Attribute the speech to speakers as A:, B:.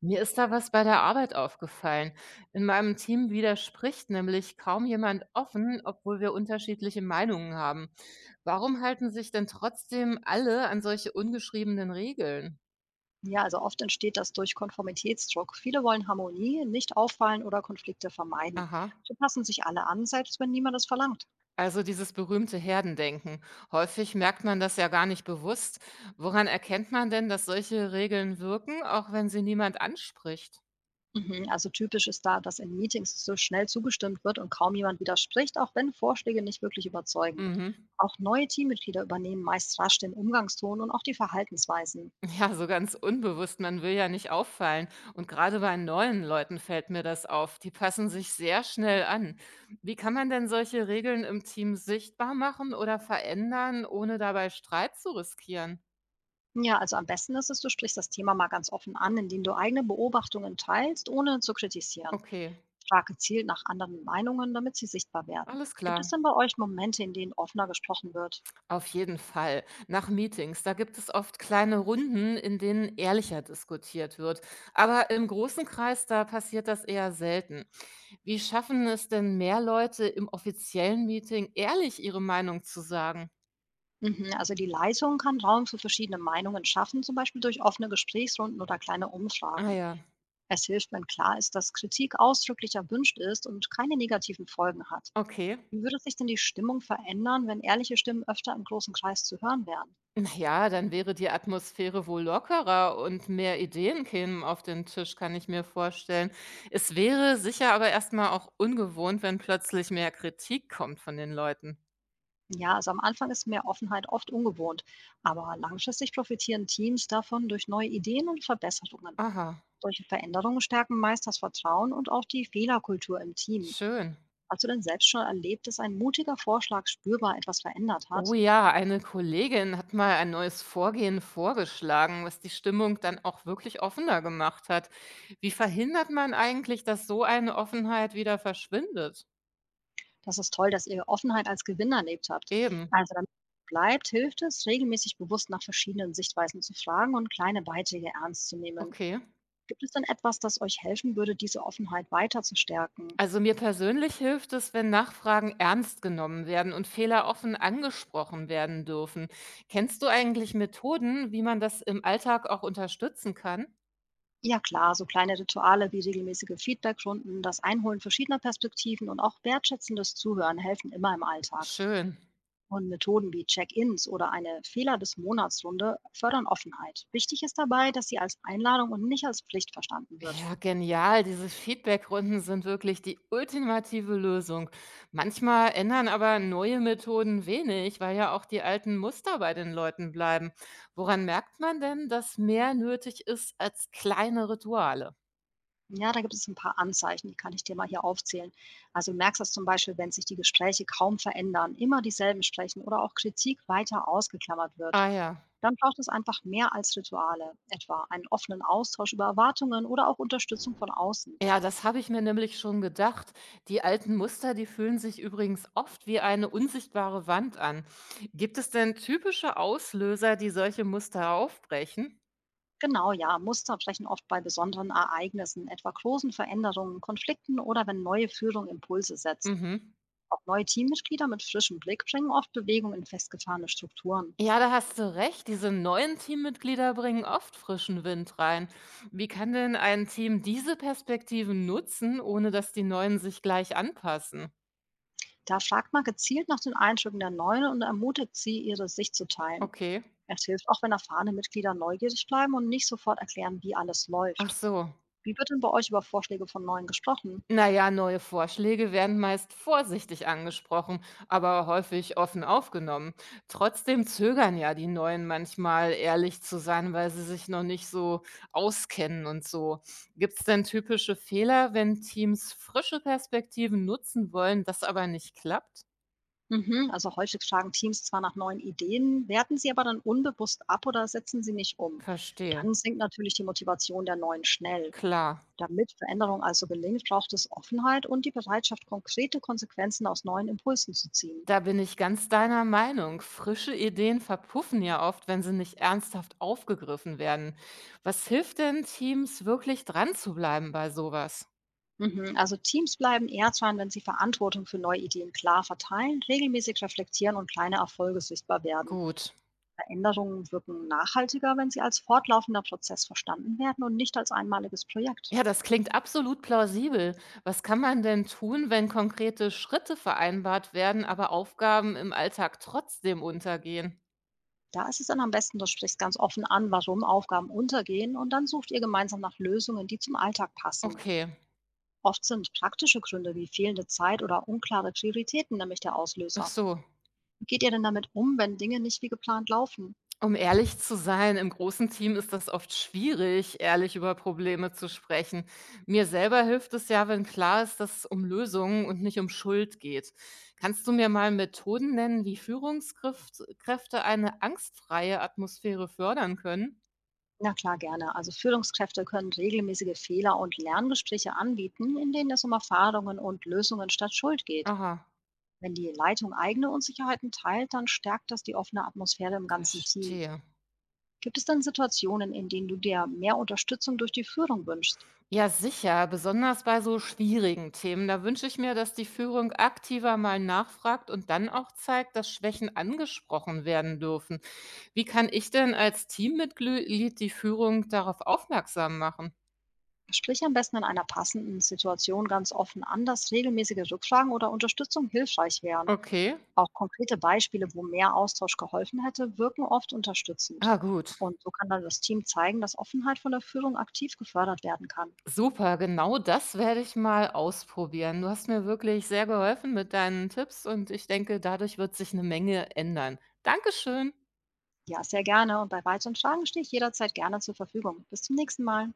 A: Mir ist da was bei der Arbeit aufgefallen. In meinem Team widerspricht nämlich kaum jemand offen, obwohl wir unterschiedliche Meinungen haben. Warum halten sich denn trotzdem alle an solche ungeschriebenen Regeln?
B: Ja, also oft entsteht das durch Konformitätsdruck. Viele wollen Harmonie, nicht auffallen oder Konflikte vermeiden.
A: Aha.
B: So passen sich alle an, selbst wenn niemand es verlangt.
A: Also dieses berühmte Herdendenken. Häufig merkt man das ja gar nicht bewusst. Woran erkennt man denn, dass solche Regeln wirken, auch wenn sie niemand anspricht?
B: Mhm, also typisch ist da, dass in Meetings so schnell zugestimmt wird und kaum jemand widerspricht, auch wenn Vorschläge nicht wirklich überzeugen.
A: Mhm.
B: Auch neue Teammitglieder übernehmen meist rasch den Umgangston und auch die Verhaltensweisen.
A: Ja, so ganz unbewusst, man will ja nicht auffallen. Und gerade bei neuen Leuten fällt mir das auf. Die passen sich sehr schnell an. Wie kann man denn solche Regeln im Team sichtbar machen oder verändern, ohne dabei Streit zu riskieren?
B: Ja, also am besten ist es, du sprichst das Thema mal ganz offen an, indem du eigene Beobachtungen teilst, ohne zu kritisieren.
A: Okay,
B: Starke Ziel nach anderen Meinungen, damit sie sichtbar werden.
A: alles
B: Gibt es
A: klar.
B: denn bei euch Momente, in denen offener gesprochen wird?
A: Auf jeden Fall. Nach Meetings, da gibt es oft kleine Runden, in denen ehrlicher diskutiert wird. Aber im großen Kreis, da passiert das eher selten. Wie schaffen es denn mehr Leute im offiziellen Meeting, ehrlich ihre Meinung zu sagen?
B: Mhm, also die Leistung kann Raum für verschiedene Meinungen schaffen, zum Beispiel durch offene Gesprächsrunden oder kleine
A: Ah
B: Umfragen.
A: ja,
B: Es hilft, wenn klar ist, dass Kritik ausdrücklich erwünscht ist und keine negativen Folgen hat.
A: okay.
B: Wie würde sich denn die Stimmung verändern, wenn ehrliche Stimmen öfter im großen Kreis zu hören wären?
A: Na ja, dann wäre die Atmosphäre wohl lockerer und mehr Ideen kämen auf den Tisch, kann ich mir vorstellen. Es wäre sicher aber erstmal auch ungewohnt, wenn plötzlich mehr Kritik kommt von den Leuten.
B: Ja, also am Anfang ist mehr Offenheit oft ungewohnt, aber langfristig profitieren Teams davon durch neue Ideen und Verbesserungen.
A: Aha,
B: Solche Veränderungen stärken meist das Vertrauen und auch die Fehlerkultur im Team.
A: schön.
B: Hast du denn selbst schon erlebt, dass ein mutiger Vorschlag spürbar etwas verändert
A: Oh
B: hat?
A: ja, eine Kollegin hat mal ein neues Vorgehen vorgeschlagen, was die Stimmung dann auch wirklich offener gemacht hat. Wie verhindert man eigentlich, dass so eine Offenheit wieder verschwindet?
B: Das ist toll, dass ihr Offenheit als Gewinn erlebt habt.
A: Eben,
B: Also damit es bleibt, hilft es, regelmäßig bewusst nach verschiedenen Sichtweisen zu fragen und kleine Beiträge ernst zu nehmen.
A: okay.
B: Gibt es denn etwas, das euch helfen würde, diese Offenheit weiter zu stärken?
A: Also mir persönlich hilft es, wenn Nachfragen ernst genommen werden und Fehler offen angesprochen werden dürfen. Kennst du eigentlich Methoden, wie man das im Alltag auch unterstützen kann?
B: Ja klar, so kleine Rituale wie regelmäßige Feedbackrunden, das Einholen verschiedener Perspektiven und auch wertschätzendes Zuhören helfen immer im Alltag.
A: Schön.
B: Und Methoden wie Check-ins oder eine Fehler des Monatsrunde fördern Offenheit. Wichtig ist dabei, dass sie als Einladung und nicht als Pflicht verstanden wird.
A: Ja, genial. Diese Feedbackrunden sind wirklich die ultimative Lösung. Manchmal ändern aber neue Methoden wenig, weil ja auch die alten Muster bei den Leuten bleiben. Woran merkt man denn, dass mehr nötig ist als kleine Rituale?
B: Ja, da gibt es ein paar Anzeichen, die kann ich dir mal hier aufzählen. Also du merkst das zum Beispiel, wenn sich die Gespräche kaum verändern, immer dieselben sprechen oder auch Kritik weiter ausgeklammert wird.
A: Ah ja.
B: Dann braucht es einfach mehr als Rituale, etwa einen offenen Austausch über Erwartungen oder auch Unterstützung von außen.
A: Ja, das habe ich mir nämlich schon gedacht. Die alten Muster, die fühlen sich übrigens oft wie eine unsichtbare Wand an. Gibt es denn typische Auslöser, die solche Muster aufbrechen?
B: Genau, ja. Muster brechen oft bei besonderen Ereignissen, etwa großen Veränderungen, Konflikten oder wenn neue Führung Impulse setzt.
A: Mhm.
B: Auch neue Teammitglieder mit frischem Blick bringen oft Bewegung in festgefahrene Strukturen.
A: Ja, da hast du recht. Diese neuen Teammitglieder bringen oft frischen Wind rein. Wie kann denn ein Team diese Perspektiven nutzen, ohne dass die neuen sich gleich anpassen?
B: Da fragt man gezielt nach den Eindrücken der Neuen und ermutigt sie, ihre Sicht zu teilen.
A: Okay.
B: Es hilft auch, wenn erfahrene Mitglieder neugierig bleiben und nicht sofort erklären, wie alles
A: Ach
B: läuft.
A: so,
B: Wie wird denn bei euch über Vorschläge von Neuen gesprochen?
A: na ja, neue Vorschläge werden meist vorsichtig angesprochen, aber häufig offen aufgenommen. Trotzdem zögern ja die Neuen manchmal, ehrlich zu sein, weil sie sich noch nicht so auskennen und so. Gibt es denn typische Fehler, wenn Teams frische Perspektiven nutzen wollen, das aber nicht klappt?
B: Mhm, also häufig fragen Teams zwar nach neuen Ideen, werten sie aber dann unbewusst ab oder setzen sie nicht um.
A: Verstehe.
B: Dann sinkt natürlich die Motivation der neuen schnell.
A: Klar.
B: Damit Veränderung also gelingt, braucht es Offenheit und die Bereitschaft, konkrete Konsequenzen aus neuen Impulsen zu ziehen.
A: Da bin ich ganz deiner Meinung. Frische Ideen verpuffen ja oft, wenn sie nicht ernsthaft aufgegriffen werden. Was hilft denn Teams wirklich dran zu bleiben bei sowas?
B: Mhm, also Teams bleiben eher dran, wenn sie Verantwortung für neue Ideen klar verteilen, regelmäßig reflektieren und kleine Erfolge sichtbar werden.
A: Gut.
B: Veränderungen wirken nachhaltiger, wenn sie als fortlaufender Prozess verstanden werden und nicht als einmaliges Projekt.
A: Ja, das klingt absolut plausibel. Was kann man denn tun, wenn konkrete Schritte vereinbart werden, aber Aufgaben im Alltag trotzdem untergehen?
B: Da ist es dann am besten, du sprichst ganz offen an, warum Aufgaben untergehen und dann sucht ihr gemeinsam nach Lösungen, die zum Alltag passen.
A: Okay.
B: Oft sind praktische Gründe wie fehlende Zeit oder unklare Prioritäten nämlich der
A: Ach
B: Auslöser.
A: so,
B: Wie geht ihr denn damit um, wenn Dinge nicht wie geplant laufen?
A: um ehrlich zu sein, im großen Team ist das oft schwierig, ehrlich über Probleme zu sprechen. Mir selber hilft es ja, wenn klar ist, dass es um Lösungen und nicht um Schuld geht. Kannst du mir mal Methoden nennen, wie Führungskräfte eine angstfreie Atmosphäre fördern können?
B: Na klar, gerne. Also Führungskräfte können regelmäßige Fehler- und Lerngespräche anbieten, in denen es um Erfahrungen und Lösungen statt Schuld geht.
A: Aha,
B: Wenn die Leitung eigene Unsicherheiten teilt, dann stärkt das die offene Atmosphäre im ganzen Team.
A: verstehe.
B: Gibt es denn Situationen, in denen du dir mehr Unterstützung durch die Führung wünschst?
A: Ja, sicher, besonders bei so schwierigen Themen. Da wünsche ich mir, dass die Führung aktiver mal nachfragt und dann auch zeigt, dass Schwächen angesprochen werden dürfen. Wie kann ich denn als Teammitglied die Führung darauf aufmerksam machen?
B: Sprich am besten in einer passenden Situation ganz offen an, dass regelmäßige Rückfragen oder Unterstützung hilfreich wären.
A: Okay.
B: Auch konkrete Beispiele, wo mehr Austausch geholfen hätte, wirken oft unterstützend.
A: Ah, gut.
B: Und so kann dann das Team zeigen, dass Offenheit von der Führung aktiv gefördert werden kann.
A: Super, genau das werde ich mal ausprobieren. Du hast mir wirklich sehr geholfen mit deinen Tipps und ich denke, dadurch wird sich eine Menge ändern. Dankeschön.
B: Ja, sehr gerne. Und bei weiteren Fragen stehe ich jederzeit gerne zur Verfügung. Bis zum nächsten Mal.